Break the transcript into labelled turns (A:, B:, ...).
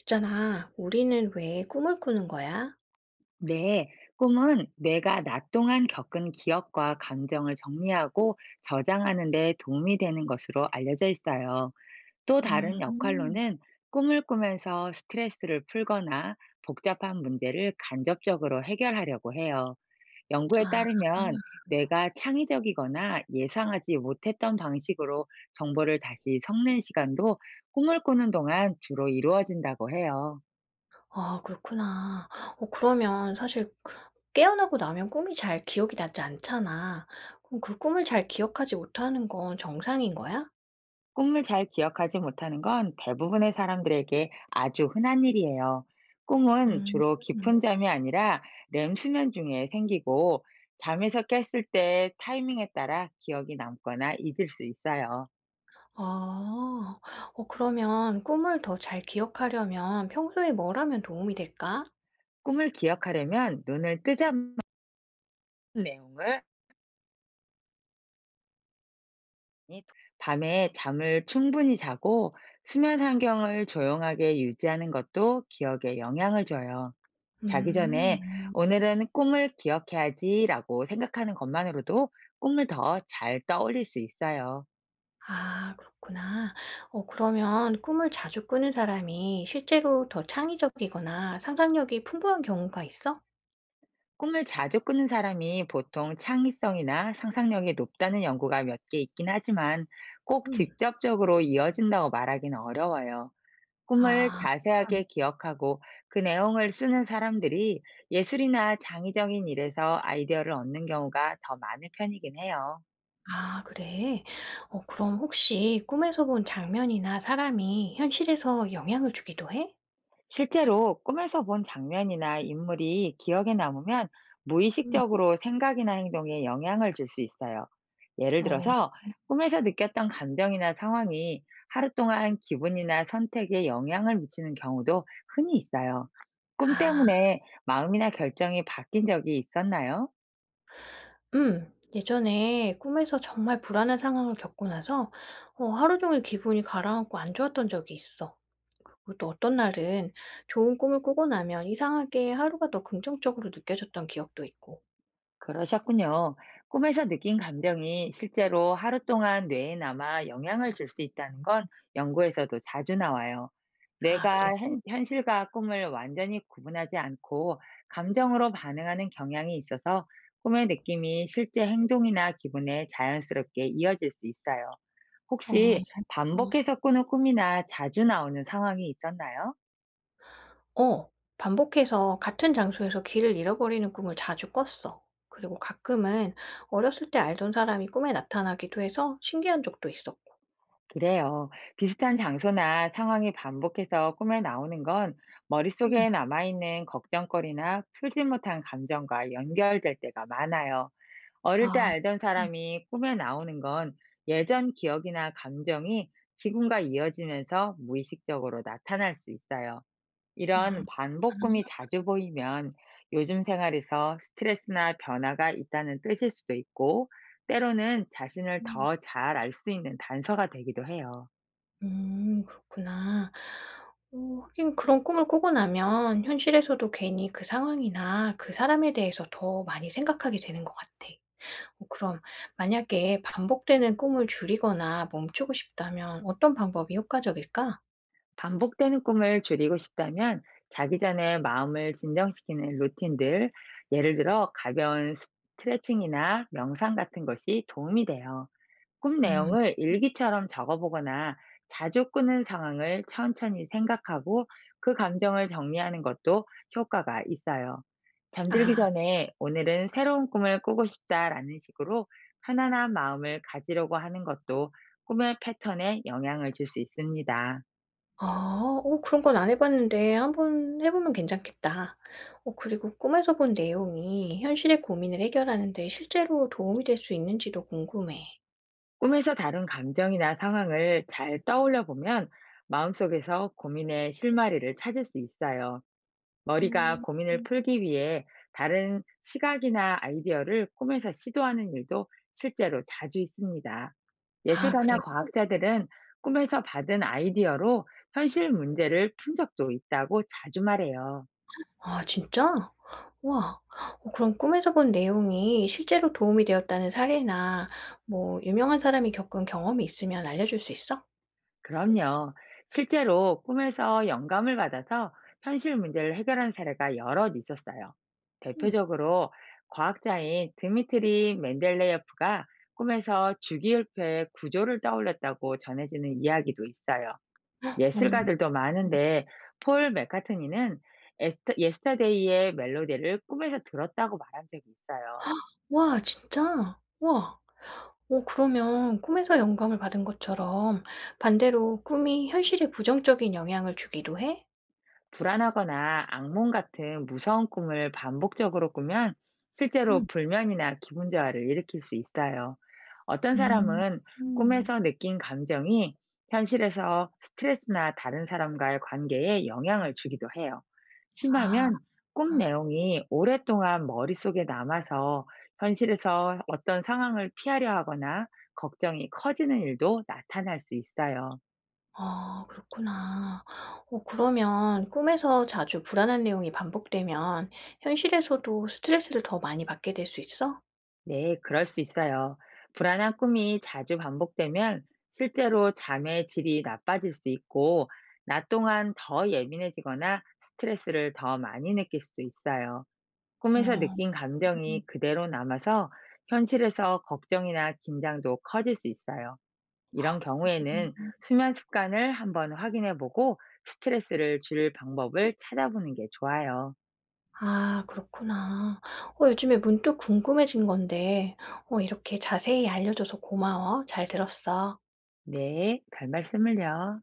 A: 있잖아, 우리는 왜 꿈을 꾸는 거야?
B: 네, 꿈은 내가 낮 동안 겪은 기억과 감정을 정리하고 저장하는 데 도움이 되는 것으로 알려져 있어요. 또 다른
A: 음, 음.
B: 역할로는 꿈을 꾸면서 스트레스를 풀거나 복잡한 문제를 간접적으로 해결하려고 해요. 연구에
A: 아,
B: 따르면 내가 창의적이거나 예상하지 못했던 방식으로 정보를 다시 섞는 시간도 꿈을 꾸는 동안 주로 이루어진다고 해요.
A: 아, 그렇구나. 어, 그러면 사실 깨어나고 나면 꿈이 잘 기억이 나지 않잖아. 그럼 그 꿈을 잘 기억하지 못하는 건 정상인 거야?
B: 꿈을 잘 기억하지 못하는 건 대부분의 사람들에게 아주 흔한 일이에요. 꿈은
A: 음,
B: 주로
A: 음.
B: 깊은 잠이 아니라 렘 수면 중에 생기고, 잠에서 깼을 때 타이밍에 따라 기억이 남거나 잊을 수 있어요.
A: 아, 어, 그러면 꿈을 더 잘 기억하려면 평소에 뭘 하면 도움이 될까?
B: 꿈을 기억하려면 눈을 뜨자마자 내용을 많이 도- 밤에 잠을 충분히 자고 수면 환경을 조용하게 유지하는 것도 기억에 영향을 줘요. 자기 전에
A: 음.
B: '오늘은 꿈을 기억해야지.'라고 생각하는 것만으로도 꿈을 더 잘 떠올릴 수 있어요.
A: 아, 그렇구나. 어, 그러면 꿈을 자주 꾸는 사람이 실제로 더 창의적이거나 상상력이 풍부한 경우가 있어?
B: 꿈을 자주 꾸는 사람이 보통 창의성이나 상상력이 높다는 연구가 몇 개 있긴 하지만, 꼭
A: 음.
B: 직접적으로 이어진다고 말하기는 어려워요. 꿈을
A: 아.
B: 자세하게 기억하고 그 내용을 쓰는 사람들이 예술이나 창의적인 일에서 아이디어를 얻는 경우가 더 많은 편이긴 해요.
A: 아, 그래? 어, 그럼 혹시 꿈에서 본 장면이나 사람이 현실에서 영향을 주기도 해?
B: 실제로 꿈에서 본 장면이나 인물이 기억에 남으면
A: 음.
B: 무의식적으로 생각이나 행동에 영향을 줄 수 있어요. 예를
A: 어.
B: 들어서 꿈에서 느꼈던 감정이나 상황이 하루 동안 기분이나 선택에 영향을 미치는 경우도 흔히 있어요. 꿈
A: 아.
B: 때문에 마음이나 결정이 바뀐 적이 있었나요?
A: 음. 예전에 꿈에서 정말 불안한 상황을 겪고 나서 하루 종일 기분이 가라앉고 안 좋았던 적이 있어. 그리고 또 어떤 날은 좋은 꿈을 꾸고 나면 이상하게 하루가 더 긍정적으로 느껴졌던 기억도 있고.
B: 그러셨군요. 꿈에서 느낀 감정이 실제로 하루 동안 뇌에 남아 영향을 줄 수 있다는 건 연구에서도 자주 나와요.
A: 아, 그래?
B: 뇌가 현실과 꿈을 완전히 구분하지 않고 감정으로 반응하는 경향이 있어서, 꿈의 느낌이 실제 행동이나 기분에 자연스럽게 이어질 수 있어요.
A: 어,
B: 혹시
A: 어.
B: 반복해서 꾸는 꿈이나 자주 나오는 상황이 있었나요?
A: 어. 반복해서 같은 장소에서 길을 잃어버리는 꿈을 자주 꿨어. 그리고 가끔은 어렸을 때 알던 사람이 꿈에 나타나기도 해서 신기한 적도 있었고.
B: 그래요. 비슷한 장소나 상황이 반복해서 꿈에 나오는 건
A: 음.
B: 머릿속에 남아있는 걱정거리나 풀지 못한 감정과 연결될 때가 많아요. 어릴 때
A: 아.
B: 알던
A: 음.
B: 사람이 꿈에 나오는 건 예전 기억이나 감정이 지금과 이어지면서 무의식적으로 나타날 수 있어요.
A: 음.
B: 이런 반복
A: 아.
B: 꿈이 자주 보이면 요즘 생활에서 스트레스나 변화가 있다는 뜻일 수도 있고, 때로는 자신을
A: 음.
B: 더 잘 알 수 있는 단서가 되기도 해요.
A: 음, 그렇구나. 어, 하긴 그런 꿈을 꾸고 나면 현실에서도 괜히 그 상황이나 그 사람에 대해서 더 많이 생각하게 되는 것 같아. 어, 그럼 만약에 반복되는 꿈을 줄이거나 멈추고 싶다면 어떤 방법이 효과적일까?
B: 반복되는 꿈을 줄이고 싶다면 자기 전에 마음을 진정시키는 루틴들, 예를 들어 가벼운 스트레칭이나 명상 같은 것이 도움이 돼요. 꿈
A: 음.
B: 내용을 일기처럼 적어보거나 자주 꾸는 상황을 천천히 생각하고 그 감정을 정리하는 것도 효과가 있어요. 잠들기
A: 아.
B: 전에 '오늘은 새로운 꿈을 꾸고 싶다.'라는 식으로 편안한 마음을 가지려고 하는 것도 꿈의 패턴에 영향을 줄 수 있습니다.
A: 어, 어, 그런 건 안 해 봤는데 한번 해 보면 괜찮겠다. 어, 그리고 꿈에서 본 내용이 현실의 고민을 해결하는 데 실제로 도움이 될 수 있는지도 궁금해.
B: 꿈에서 다룬 감정이나 상황을 잘 떠올려 보면 마음속에서 고민의 실마리를 찾을 수 있어요. 머리가
A: 음.
B: 고민을 풀기 위해 다른 시각이나 아이디어를 꿈에서 시도하는 일도 실제로 자주 있습니다.
A: 아,
B: 예술가나
A: 그래.
B: 과학자들은 꿈에서 받은 아이디어로 현실 문제를 푼 적도 있다고 자주 말해요.
A: 아, 진짜? 와. 어, 그럼 꿈에서 본 내용이 실제로 도움이 되었다는 사례나 뭐 유명한 사람이 겪은 경험이 있으면 알려줄 수 있어?
B: 그럼요. 실제로 꿈에서 영감을 받아서 현실 문제를 해결한 사례가 여럿 있었어요.
A: 음.
B: 대표적으로 과학자인 드미트리 맨델레예프가 꿈에서 주기율표의 구조를 떠올렸다고 전해지는 이야기도 있어요.
A: 어.
B: 예술가들도 많은데, 폴 맥카트니는 에스터, 예스터데이의 멜로디를 꿈에서 들었다고 말한 적이 있어요.
A: 와, 진짜? 와, 어, 그러면 꿈에서 영감을 받은 것처럼 반대로 꿈이 현실에 부정적인 영향을 주기도 해?
B: 불안하거나 악몽 같은 무서운 꿈을 반복적으로 꾸면 실제로
A: 음.
B: 불면이나 기분 저하를 일으킬 수 있어요. 어떤
A: 음.
B: 사람은
A: 음.
B: 꿈에서 느낀 감정이 현실에서 스트레스나 다른 사람과의 관계에 영향을 주기도 해요.
A: 아.
B: 심하면 꿈 내용이 오랫동안 머릿속에 남아서 현실에서 어떤 상황을 피하려 하거나 걱정이 커지는 일도 나타날 수 있어요.
A: 아, 그렇구나. 어, 그러면 꿈에서 자주 불안한 내용이 반복되면 현실에서도 스트레스를 더 많이 받게 될 수 있어?
B: 네, 그럴 수 있어요. 불안한 꿈이 자주 반복되면 실제로 잠의 질이 나빠질 수 있고, 낮 동안 더 예민해지거나 스트레스를 더 많이 느낄 수도 있어요. 꿈에서
A: 어.
B: 느낀 감정이 그대로 남아서 현실에서 걱정이나 긴장도 커질 수 있어요. 이런 경우에는 수면 습관을 한번 확인해 보고 스트레스를 줄일 방법을 찾아보는 게 좋아요.
A: 아, 그렇구나. 어, 요즘에 문득 궁금해진 건데 이렇게 자세히 알려줘서 고마워. 잘 들었어.
B: 네, 별 말씀을요.